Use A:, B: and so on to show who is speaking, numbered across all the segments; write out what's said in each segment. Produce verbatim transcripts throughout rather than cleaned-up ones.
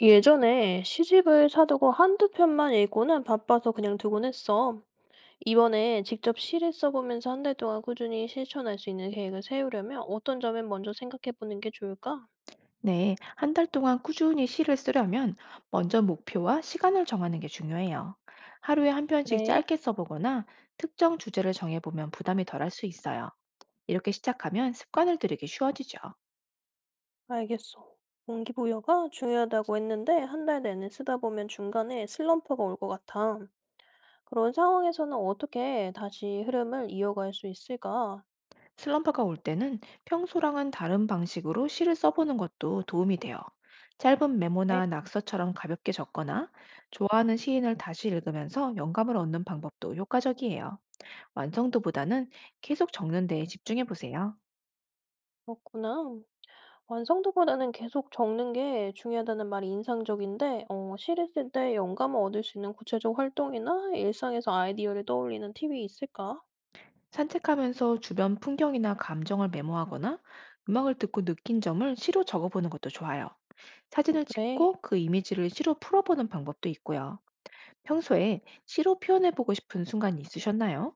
A: 예전에 시집을 사두고 한두 편만 읽고는 바빠서 그냥 두곤 했어. 이번에 직접 시를 써보면서 한 달 동안 꾸준히 실천할 수 있는 계획을 세우려면 어떤 점을 먼저 생각해보는 게 좋을까?
B: 네, 한 달 동안 꾸준히 시를 쓰려면 먼저 목표와 시간을 정하는 게 중요해요. 하루에 한 편씩
A: 그래,
B: 짧게 써보거나 특정 주제를 정해보면 부담이 덜할 수 있어요. 이렇게 시작하면 습관을 들이기 쉬워지죠.
A: 알겠어. 동기부여가 중요하다고 했는데 한 달 내내 쓰다 보면 중간에 슬럼프가 올 것 같아. 그런 상황에서는 어떻게 다시 흐름을 이어갈 수 있을까?
B: 슬럼프가 올 때는 평소랑은 다른 방식으로 시를 써보는 것도 도움이 돼요. 짧은
A: 네,
B: 메모나 낙서처럼 가볍게 적거나 좋아하는 시인을 다시 읽으면서 영감을 얻는 방법도 효과적이에요. 완성도보다는 계속 적는 데에 집중해 보세요.
A: 그렇구나. 완성도보다는 계속 적는 게 중요하다는 말이 인상적인데, 어, 시를 쓸 때 영감을 얻을 수 있는 구체적 활동이나 일상에서 아이디어를 떠올리는 팁이 있을까?
B: 산책하면서 주변 풍경이나 감정을 메모하거나 음악을 듣고 느낀 점을 시로 적어보는 것도 좋아요.
A: 어,
B: 사진을
A: 그래.
B: 찍고 그 이미지를 시로 풀어보는 방법도 있고요. 평소에 시로 표현해보고 싶은 순간이 있으셨나요?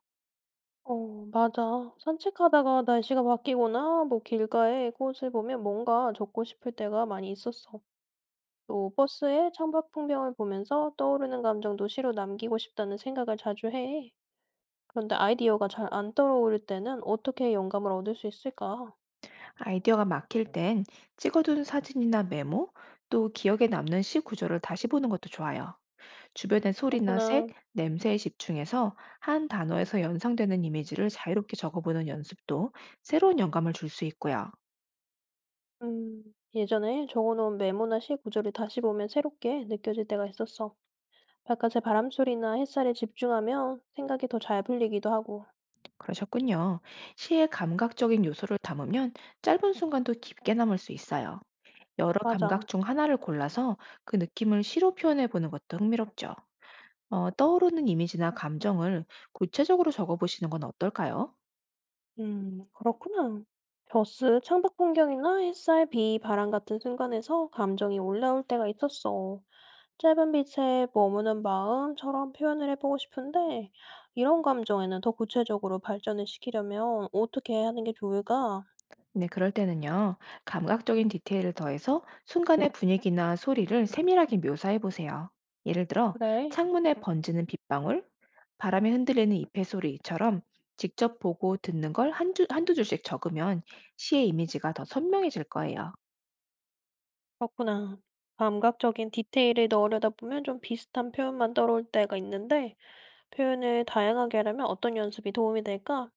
A: 어, 맞아. 산책하다가 날씨가 바뀌거나 뭐 길가에 꽃을 보면 뭔가 적고 싶을 때가 많이 있었어. 또 버스에 창밖 풍경을 보면서 떠오르는 감정도 시로 남기고 싶다는 생각을 자주 해. 그런데 아이디어가 잘 안 떠오를 때는 어떻게 영감을 얻을 수 있을까?
B: 아이디어가 막힐 땐 찍어둔 사진이나 메모, 또 기억에 남는 시 구조를 다시 보는 것도 좋아요. 주변의 소리나 색,
A: 그렇구나.
B: 냄새에 집중해서 한 단어에서 연상되는 이미지를 자유롭게 적어보는 연습도 새로운 영감을 줄 수 있고요.
A: 음, 예전에 적어놓은 메모나 시 구절을 다시 보면 새롭게 느껴질 때가 있었어. 바깥의 바람소리나 햇살에 집중하면 생각이 더 잘 풀리기도 하고.
B: 그러셨군요. 시의 감각적인 요소를 담으면 짧은 순간도 깊게 남을 수 있어요. 여러
A: 맞아.
B: 감각 중 하나를 골라서 그 느낌을 시로 표현해 보는 것도 흥미롭죠. 어, 떠오르는 이미지나 감정을 구체적으로 적어 보시는 건 어떨까요?
A: 음, 그렇구나. 벼스, 창밖 풍경이나 햇살, 비, 바람 같은 순간에서 감정이 올라올 때가 있었어. 짧은 빛에 머무는 마음처럼 표현을 해보고 싶은데, 이런 감정에는 더 구체적으로 발전을 시키려면 어떻게 하는 게 좋을까?
B: 네, 그럴 때는요, 감각적인 디테일을 더해서 순간의 분위기나 소리를 세밀하게 묘사해 보세요. 예를 들어,
A: 그래.
B: 창문에 번지는 빗방울, 바람에 흔들리는 잎의 소리처럼 직접 보고 듣는 걸 한 두, 한두 줄씩 적으면 시의 이미지가 더 선명해질 거예요.
A: 그렇구나. 감각적인 디테일을 넣으려다 보면 좀 비슷한 표현만 떠올 때가 있는데, 표현을 다양하게 하려면 어떤 연습이 도움이 될까?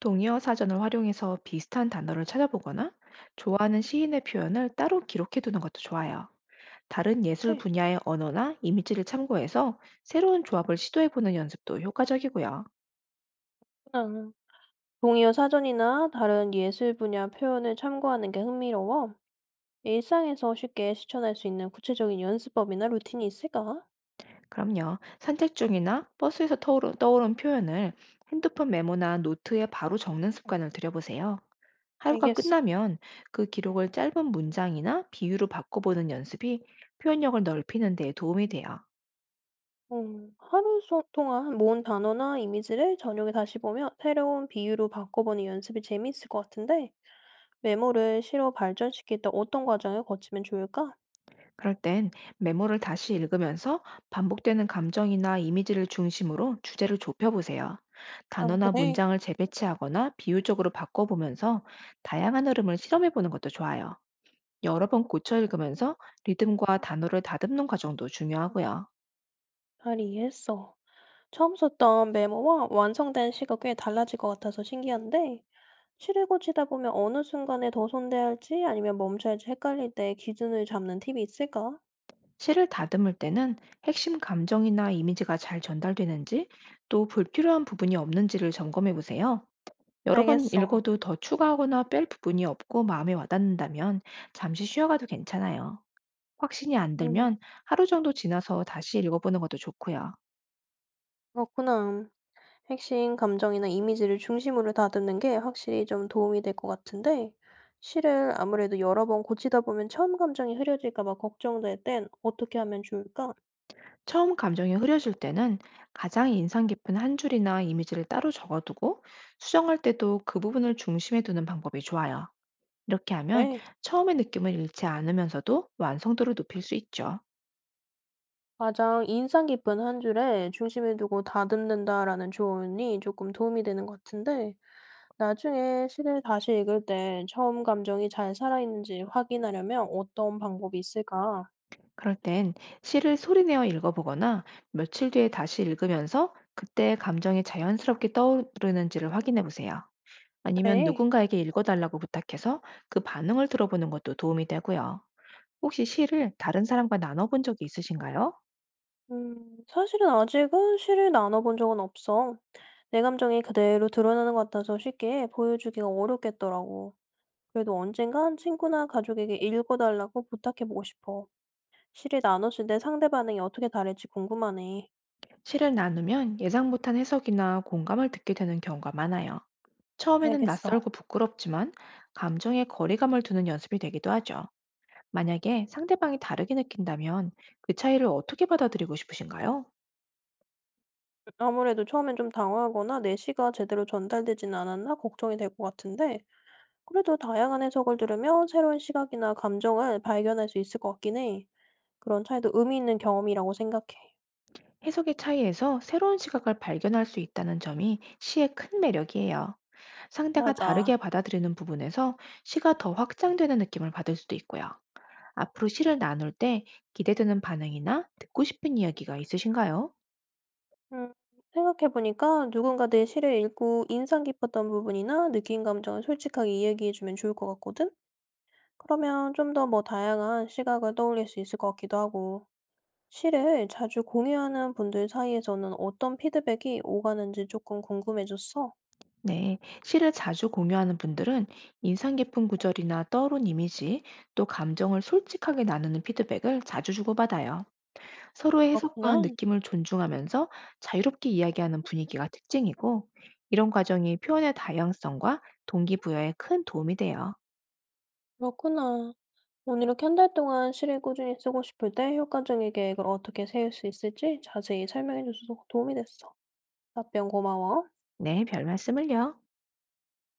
B: 동의어 사전을 활용해서 비슷한 단어를 찾아보거나 좋아하는 시인의 표현을 따로 기록해 두는 것도 좋아요. 다른 예술
A: 네,
B: 분야의 언어나 이미지를 참고해서 새로운 조합을 시도해 보는 연습도 효과적이고요.
A: 그렇구나. 동의어 사전이나 다른 예술 분야 표현을 참고하는 게 흥미로워. 일상에서 쉽게 실천할 수 있는 구체적인 연습법이나 루틴이 있을까?
B: 그럼요. 산책 중이나 버스에서 떠오른, 떠오른 표현을 핸드폰 메모나 노트에 바로 적는 습관을 들여보세요. 하루가
A: 알겠어.
B: 끝나면 그 기록을 짧은 문장이나 비유로 바꿔보는 연습이 표현력을 넓히는 데 도움이 돼요.
A: 음, 하루 소- 동안 모은 단어나 이미지를 저녁에 다시 보며 새로운 비유로 바꿔보는 연습이 재미있을 것 같은데, 메모를 시로 발전시킬 때 어떤 과정을 거치면 좋을까?
B: 그럴 땐 메모를 다시 읽으면서 반복되는 감정이나 이미지를 중심으로 주제를 좁혀보세요.
A: 아
B: 단어나
A: 그래?
B: 문장을 재배치하거나 비유적으로 바꿔보면서 다양한 흐름을 실험해보는 것도 좋아요. 여러 번 고쳐 읽으면서 리듬과 단어를 다듬는 과정도 중요하고요.
A: 잘 이해했어. 처음 썼던 메모와 완성된 시가 꽤 달라질 것 같아서 신기한데, 실을 고치다 보면 어느 순간에 더 손대야 할지 아니면 멈춰야 할지 헷갈릴 때 기준을 잡는 팁이 있을까?
B: 시를 다듬을 때는 핵심 감정이나 이미지가 잘 전달되는지 또 불필요한 부분이 없는지를 점검해 보세요. 여러 번
A: 알겠어.
B: 읽어도 더 추가하거나 뺄 부분이 없고 마음에 와닿는다면 잠시 쉬어가도 괜찮아요. 확신이 안
A: 음,
B: 들면 하루 정도 지나서 다시 읽어보는 것도 좋고요.
A: 그렇구나. 핵심 감정이나 이미지를 중심으로 다듬는 게 확실히 좀 도움이 될 것 같은데, 실을 아무래도 여러 번 고치다 보면 처음 감정이 흐려질까 봐 걱정될 땐 어떻게 하면 좋을까?
B: 처음 감정이 흐려질 때는 가장 인상 깊은 한 줄이나 이미지를 따로 적어두고 수정할 때도 그 부분을 중심에 두는 방법이 좋아요. 이렇게 하면
A: 네.
B: 처음의 느낌을 잃지 않으면서도 완성도를 높일 수 있죠.
A: 가장 인상 깊은 한 줄에 '중심을 두고 다듬는다.'라는 조언이 조금 도움이 되는 것 같은데 나중에 시를 다시 읽을 때 처음 감정이 잘 살아있는지 확인하려면 어떤 방법이 있을까?
B: 그럴 땐 시를 소리내어 읽어보거나 며칠 뒤에 다시 읽으면서 그때 감정이 자연스럽게 떠오르는지를 확인해 보세요. 아니면
A: 네.
B: 누군가에게 읽어달라고 부탁해서 그 반응을 들어보는 것도 도움이 되고요. 혹시 시를 다른 사람과 나눠본 적이 있으신가요?
A: 음, 사실은 아직은 시를 나눠 본 적은 없어. 내 감정이 그대로 드러나는 것 같아서 쉽게 보여주기가 어렵겠더라고. 그래도 언젠간 친구나 가족에게 읽어달라고 부탁해 보고 싶어. 시를 나눴을 때 상대 반응이 어떻게 다를지 궁금하네.
B: 시를 나누면 예상 못한 해석이나 공감을 듣게 되는 경우가 많아요. 처음에는
A: 알겠어.
B: 낯설고 부끄럽지만 감정에 거리감을 두는 연습이 되기도 하죠. 만약에 상대방이 다르게 느낀다면 그 차이를 어떻게 받아들이고 싶으신가요?
A: 아무래도 처음엔 좀 당황하거나 내시가 제대로 전달되진 않았나 걱정이 될 것 같은데, 그래도 다양한 해석을 들으며 새로운 시각이나 감정을 발견할 수 있을 것 같긴 해. 그런 차이도 의미 있는 경험이라고 생각해.
B: 해석의 차이에서 새로운 시각을 발견할 수 있다는 점이 시의 큰 매력이에요. 상대가
A: 맞아.
B: 다르게 받아들이는 부분에서 시가 더 확장되는 느낌을 받을 수도 있고요. 앞으로 시를 나눌 때 기대되는 반응이나 듣고 싶은 이야기가 있으신가요?
A: 음, 생각해보니까 누군가 내 시를 읽고 인상 깊었던 부분이나 느낀 감정을 솔직하게 이야기해주면 좋을 것 같거든? 그러면 좀 더 뭐 다양한 시각을 떠올릴 수 있을 것 같기도 하고. 시를 자주 공유하는 분들 사이에서는 어떤 피드백이 오가는지 조금 궁금해졌어.
B: 네, 시를 자주 공유하는 분들은 인상 깊은 구절이나 떠오른 이미지, 또 감정을 솔직하게 나누는 피드백을 자주 주고받아요. 서로의 해석과
A: 그렇구나.
B: 느낌을 존중하면서 자유롭게 이야기하는 분위기가 특징이고, 이런 과정이 표현의 다양성과 동기부여에 큰 도움이 돼요.
A: 그렇구나. 오늘 이렇게 한 달 동안 시를 꾸준히 쓰고 싶을 때 효과적인 계획을 어떻게 세울 수 있을지 자세히 설명해줘서 도움이 됐어. 답변 고마워.
B: 네, 별 말씀을요.